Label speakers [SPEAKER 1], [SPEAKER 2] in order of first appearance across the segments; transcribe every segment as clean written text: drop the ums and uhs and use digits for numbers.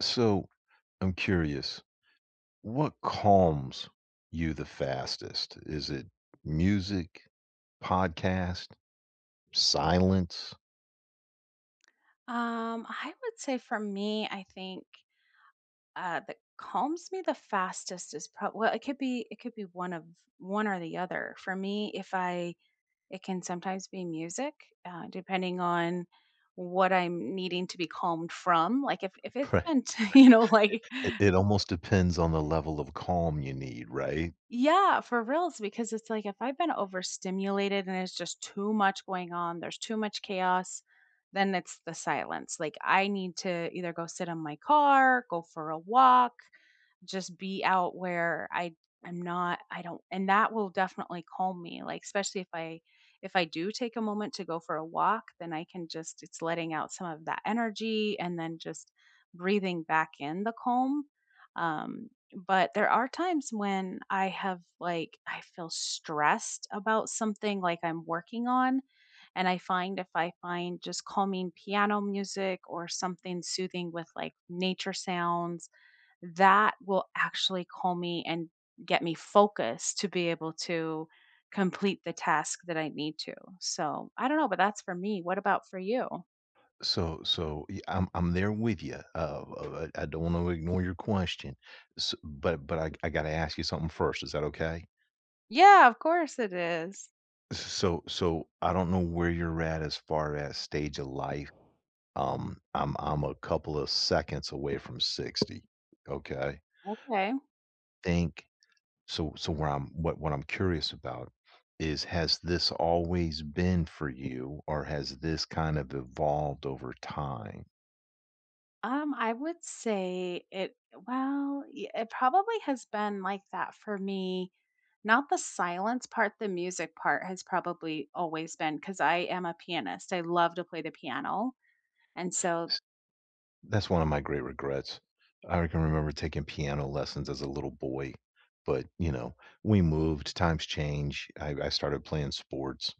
[SPEAKER 1] So I'm curious, what calms you the fastest? Is it music, podcast, silence?
[SPEAKER 2] I would say for me, I think that calms me the fastest is probably well, it could be one of one or the other. For me, if I it can sometimes be music, depending on what I'm needing to be calmed from. Like if it's
[SPEAKER 1] Right.
[SPEAKER 2] been you know like
[SPEAKER 1] It almost depends on the level of calm you need, right?
[SPEAKER 2] Yeah, for reals, because it's like if I've been overstimulated and it's just too much going on, there's too much chaos, then it's the silence. Like I need to either go sit in my car, go for a walk, just be out where I I'm not I don't and that will definitely calm me, like especially if I do take a moment to go for a walk, then I can just it's letting out some of that energy and then just breathing back in the calm um but there are times when I have, like I feel stressed about something like I'm working on, and I find if I find just calming piano music or something soothing with like nature sounds, that will actually call me and get me focused to be able to complete the task that I need to. So I don't know, but that's for me. What about for you?
[SPEAKER 1] So I'm there with you. I don't want to ignore your question. S but I got to ask you something first. Is that okay?
[SPEAKER 2] Yeah, of course it is.
[SPEAKER 1] So I don't know where you're at as far as stage of life. I'm a couple of seconds away from 60, okay?
[SPEAKER 2] Okay.
[SPEAKER 1] Think so so Where I'm, what I'm curious about is, has this always been for you or has this kind of evolved over time?
[SPEAKER 2] I would say it probably has been like that for me. Not the silence part, the music part has probably always been because I am a pianist. I love to play the piano. And so,
[SPEAKER 1] That's one of my great regrets. I can remember taking piano lessons as a little boy, but, you know, we moved, times change, I started playing sports,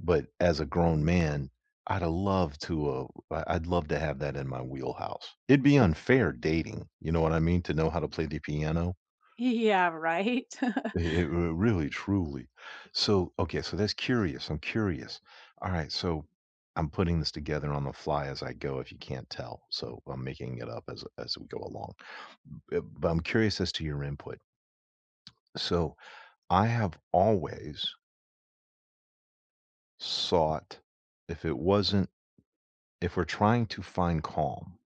[SPEAKER 1] but as a grown man, I'd love to, uh I'd love to have that in my wheelhouse. It'd be unfair dating, you know what I mean, to know how to play the piano.
[SPEAKER 2] yeah, right.
[SPEAKER 1] It r really, truly. So, okay, so that's curious, I'm curious. Alright, so I'm putting this together on the fly as I go, if you can't tell, so I'm making it up as we go along. B but I'm curious as to your input. So, I have always sought, if it wasn't if we're trying to find calm.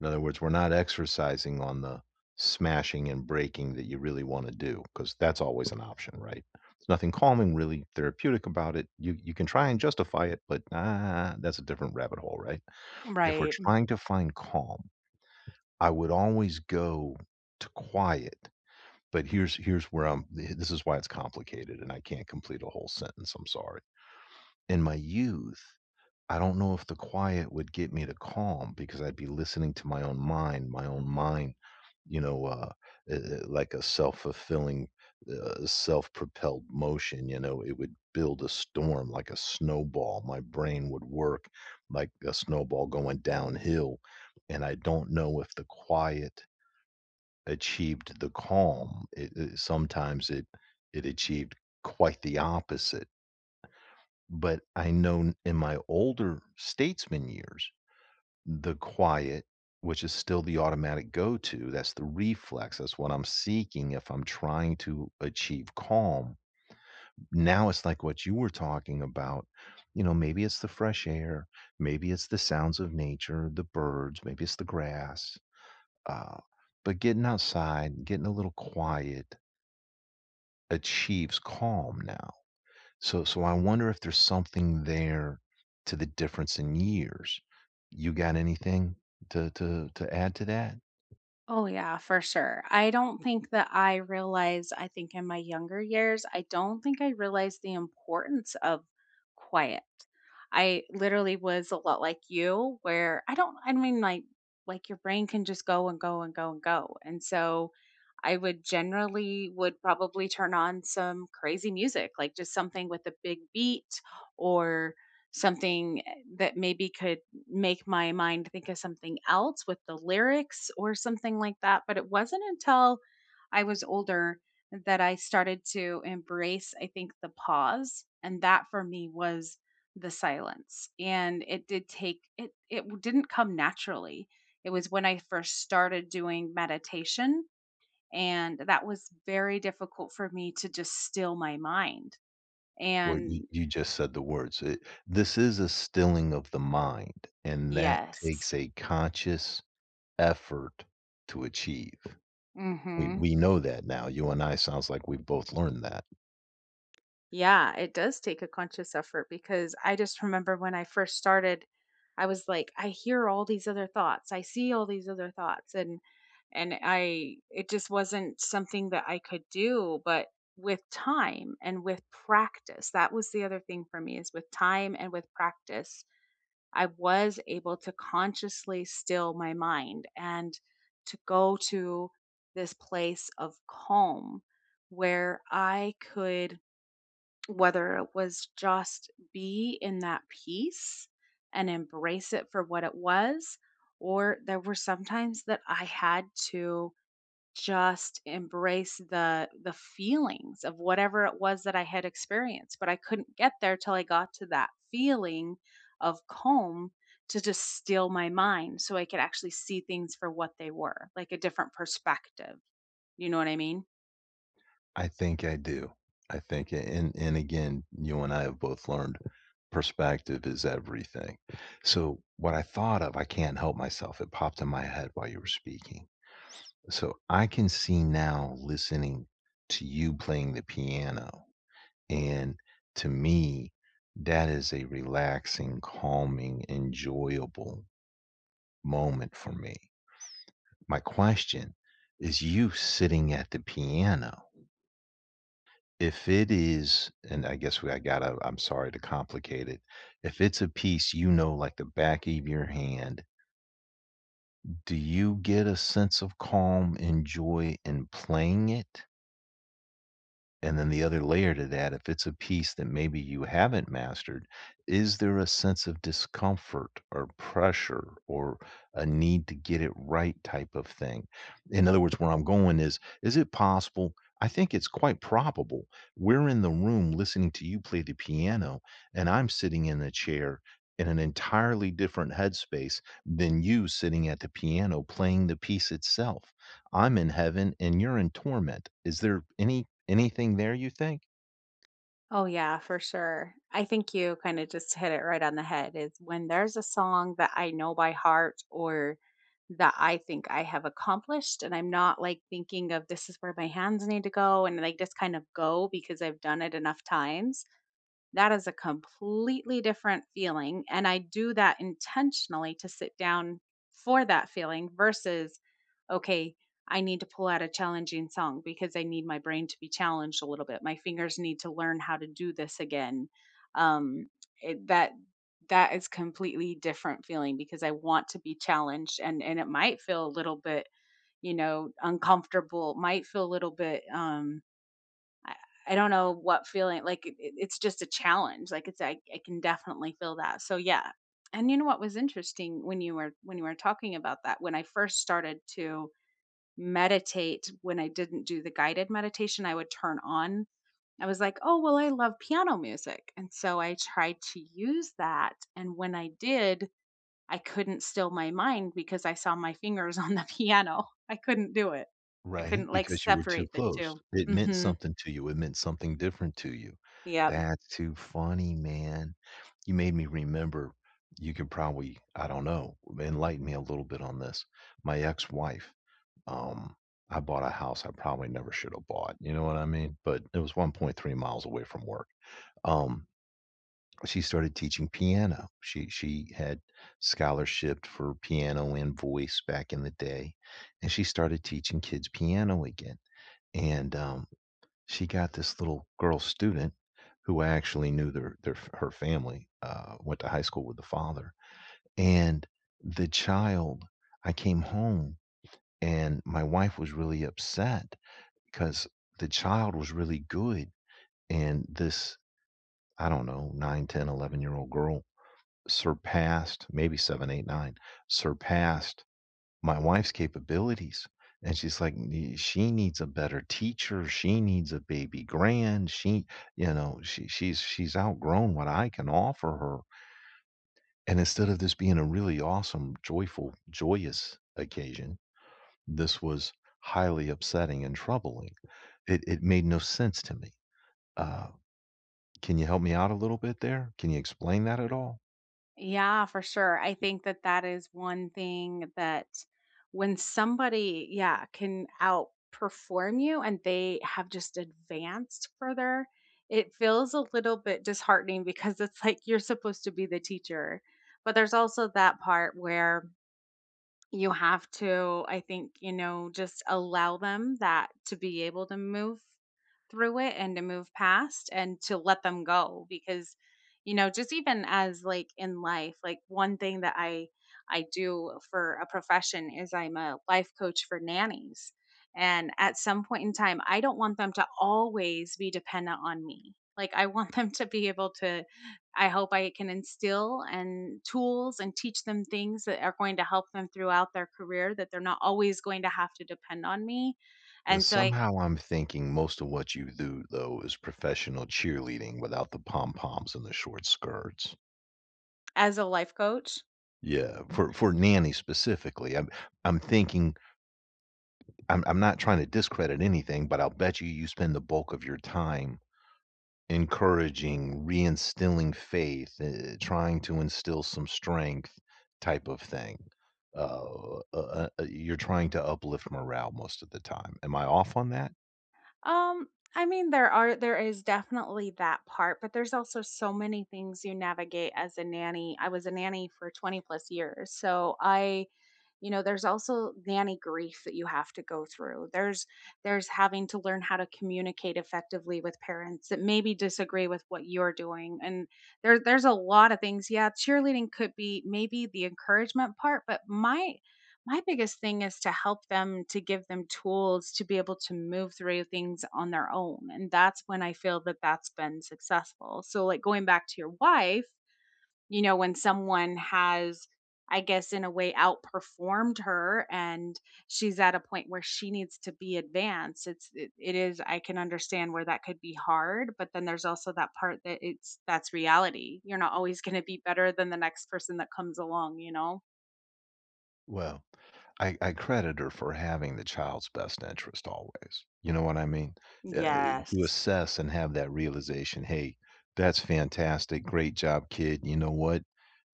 [SPEAKER 1] In other words, we're not exercising on the smashing and breaking that you really want to do, because that's always an option, right? There's nothing calming, really therapeutic about it. You can try and justify it, but that's a different rabbit hole, right? If we're
[SPEAKER 2] Right.
[SPEAKER 1] trying to find calm, I would always go to quiet. But here's where I'm. This is why it's complicated, and I can't complete a whole sentence. I'm sorry. In my youth. I don't know if the quiet would get me to calm, because I'd be listening to my own mind, you know, uh, like a self-fulfilling, self-propelled motion. It would build a storm like a snowball. My brain would work like a snowball going downhill, and I don't know if the quiet achieved the calm. It sometimes it achieved quite the opposite. But I know in my older statesman years, the quiet, which is still the automatic go-to, that's the reflex, that's what I'm seeking if I'm trying to achieve calm. Now it's like what you were talking about. Maybe it's the fresh air, maybe it's the sounds of nature, the birds, maybe it's the grass, uh, but getting outside, getting a little quiet achieves calm now. So I wonder if there's something there to the difference in years. You got anything to add to that?
[SPEAKER 2] Oh, yeah, for sure. I don't think that I realized, I think in my younger years, I don't think I realized the importance of quiet. I literally was a lot like you, where I don't, I mean, like your brain can just go and go and go and go. And so I would generally would probably turn on some crazy music, like just something with a big beat or something eh, that maybe could make my mind think of something else with the lyrics or something like that. But it wasn't until I was older that I started to embrace, I think, the pause. And that for me was the silence. And it did take, it w- didn't come naturally. It was when I first started doing meditation. And that was very difficult for me to just still my mind.
[SPEAKER 1] Well, you
[SPEAKER 2] And
[SPEAKER 1] you just said the words. It This is a stilling of the mind, and that
[SPEAKER 2] yes.
[SPEAKER 1] takes a conscious effort to achieve.
[SPEAKER 2] Mm
[SPEAKER 1] We
[SPEAKER 2] hmm
[SPEAKER 1] we know that now. You and I, sounds like we've both learned that.
[SPEAKER 2] Yeah, it does take a conscious effort because I just remember when I first started, I was like, I hear all these other thoughts, I see all these other thoughts, and I it just wasn't something that I could do. But with time and with practice, that was the other thing for me, is with time and with practice, I was able to consciously still my mind and to go to this place of calm where I could, whether it was just be in that peace and embrace it for what it was, or there were sometimes that I had to just embrace the feelings of whatever it was that I had experienced, but I couldn't get there till I got to that feeling of calm to just still my mind so I could actually see things for what they were, like a different perspective. You know what I mean?
[SPEAKER 1] I think I do. I think, and again, you and I have both learned perspective is everything. So, what I thought of, I can't help myself. It popped in my head while you were speaking. So, I can see now, listening to you playing the piano, and to me, that is a relaxing, calming, enjoyable moment for me. My question is, you sitting at the piano, if it is, and I guess we I gotta, I'm sorry to complicate it. If it's a piece you know like the back of your hand, do you get a sense of calm and joy in playing it? And then the other layer to that, if it's a piece that maybe you haven't mastered, is there a sense of discomfort or pressure or a need to get it right type of thing? In other words, where I'm going is it possible? I think it's quite probable. We're in the room listening to you play the piano, and I'm sitting in the chair in an entirely different headspace than you sitting at the piano playing the piece itself. I'm in heaven and you're in torment. Is there any— anything there, you think?
[SPEAKER 2] Oh, yeah, for sure. I think you kind of just hit it right on the head is when there's a song that I know by heart or that I think I have accomplished, and I'm not like thinking of this is where my hands need to go and like just kind of go because I've done it enough times. That is a completely different feeling, and I do that intentionally to sit down for that feeling versus, okay, I need to pull out a challenging song because I need my brain to be challenged a little bit. My fingers need to learn how to do this again. Um, that that is completely different feeling because I want to be challenged, and it might feel a little bit, you know, uncomfortable, might feel a little bit, I I don't know what feeling like, it's just a challenge, like, it's I can definitely feel that, so, yeah. And you know what was interesting when you were talking about that, when I first started to meditate, when I didn't do the guided meditation I would turn on, I was like, "Oh, well, I love piano music," and so I tried to use that, and when I did, I couldn't still my mind because I saw my fingers on the piano. I couldn't do it. I
[SPEAKER 1] Right,
[SPEAKER 2] couldn't, like,
[SPEAKER 1] because you were too
[SPEAKER 2] separate the
[SPEAKER 1] close.
[SPEAKER 2] 2.
[SPEAKER 1] It meant
[SPEAKER 2] Mhm.
[SPEAKER 1] something to you, it meant something different to you.
[SPEAKER 2] Yeah.
[SPEAKER 1] That's too funny, man. You made me remember. You could probably, I don't know, enlighten me a little bit on this. My ex-wife, um, I bought a house I probably never should have bought, you know what I mean? But it was 1.3 miles away from work. Um she started teaching piano. She had scholarship for piano and voice back in the day, and she started teaching kids piano again. And she got this little girl student who I actually knew their— her family, went to high school with the father, and the child. I came home and my wife was really upset because the child was really good, and this, I don't know, 9, 10, 11-year old girl surpassed maybe seven, eight, nine, surpassed my wife's capabilities. And she's like, She needs a better teacher. She needs a baby grand. She's outgrown what I can offer her." And instead of this being a really awesome, joyful, joyous occasion, this was highly upsetting and troubling. It made no sense to me. Uh, can you help me out a little bit there? Can you explain that at all?
[SPEAKER 2] Yeah, for sure. I think that that is one thing that when somebody, yeah, can outperform you and they have just advanced further, it feels a little bit disheartening because it's like you're supposed to be the teacher. But there's also that part where you have to, I think, you know, just allow them that to be able to move through it and to move past and to let them go because you know, just even as like in life, like one thing that I do for a profession is I'm a life coach for nannies. And at some point in time, I don't want them to always be dependent on me. Like I want them to be able to I hope I can instill and tools and teach them things that are going to help them throughout their career, that they're not always going to have to depend on me. And so I
[SPEAKER 1] Somehow I'm thinking most of what you do, though, is professional cheerleading without the pom-poms and the short skirts.
[SPEAKER 2] as a life coach,
[SPEAKER 1] Yeah, for nanny specifically, I'm thinking, I'm not trying to discredit anything, but I'll bet you spend the bulk of your time encouraging, reinstilling faith, trying to instill some strength type of thing. You're trying to uplift morale most of the time. Am I off on that?
[SPEAKER 2] um, I mean there is definitely that part, but there's also so many things you navigate as a nanny. I was a nanny for 20 plus years. So I, you know, there's also nanny grief that you have to go through, there's having to learn how to communicate effectively with parents that maybe disagree with what you're doing, and there's a lot of things, yeah, cheerleading could be maybe the encouragement part, but my biggest thing is to help them, to give them tools to be able to move through things on their own, and that's when I feel that that's been successful. So like going back to your wife, you know, when someone has, I guess, in a way, outperformed her and she's at a point where she needs to be advanced. It's, it is, I can understand where that could be hard, but then there's also that part that it's, that's reality. You're not always going to be better than the next person that comes along, you know?
[SPEAKER 1] Well, I credit her for having the child's best interest always. You know what I mean? Uh, to
[SPEAKER 2] Yes.
[SPEAKER 1] assess and have that realization, "Hey, that's fantastic. Great job, kid. You know what?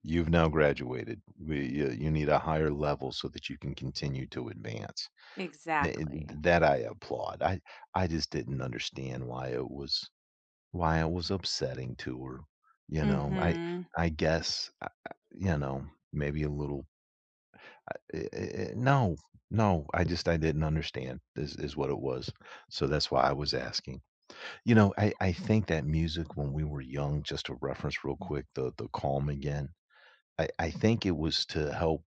[SPEAKER 1] You've now graduated. You need a higher level so that you can continue to advance." Th-
[SPEAKER 2] Exactly.
[SPEAKER 1] that I applaud. I just didn't understand why it was, upsetting to her. You
[SPEAKER 2] Mm
[SPEAKER 1] know, I
[SPEAKER 2] hmm.
[SPEAKER 1] I guess I- you know maybe a little I- no, no, I didn't understand, is what it was. So that's why I was asking. You know, I think that music, when we were young, just to reference real quick the calm again. I think it was to help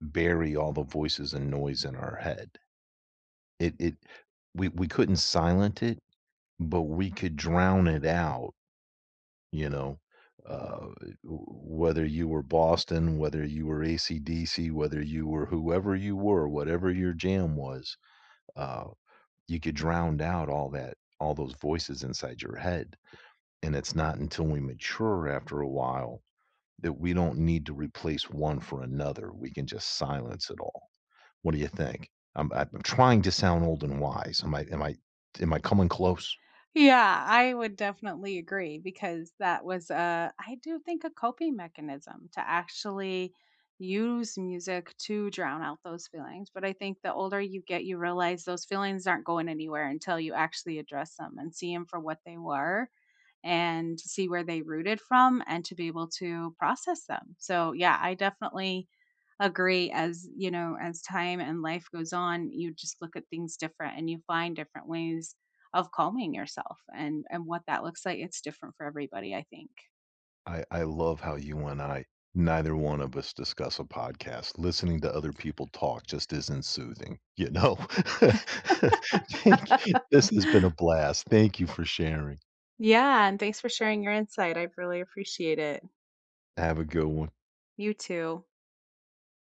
[SPEAKER 1] bury all the voices and noise in our head. It we couldn't silent it, but we could drown it out. you know, uh, Whether you were Boston, whether you were AC/DC, whether you were whoever you were, whatever your jam was, uh, you could drown out all those voices inside your head, and it's not until we mature after a while that we don't need to replace one for another, we can just silence it all. What do you think? I'm trying to sound old and wise. Am I coming close?
[SPEAKER 2] Yeah, I would definitely agree because that was a, I do think, a coping mechanism to actually use music to drown out those feelings, but I think the older you get, you realize those feelings aren't going anywhere until you actually address them and see them for what they were and to see where they rooted from and to be able to process them. So yeah, I definitely agree, as, you know, as time and life goes on, you just look at things different and you find different ways of calming yourself and what that looks like. It's different for everybody, I think.
[SPEAKER 1] I love how you and I, neither one of us, discuss a podcast. Listening to other people talk just isn't soothing, you know? Thank This has been a blast. Thank you for sharing.
[SPEAKER 2] Yeah, and thanks for sharing your insight. I really appreciate it.
[SPEAKER 1] Have a good one.
[SPEAKER 2] You too.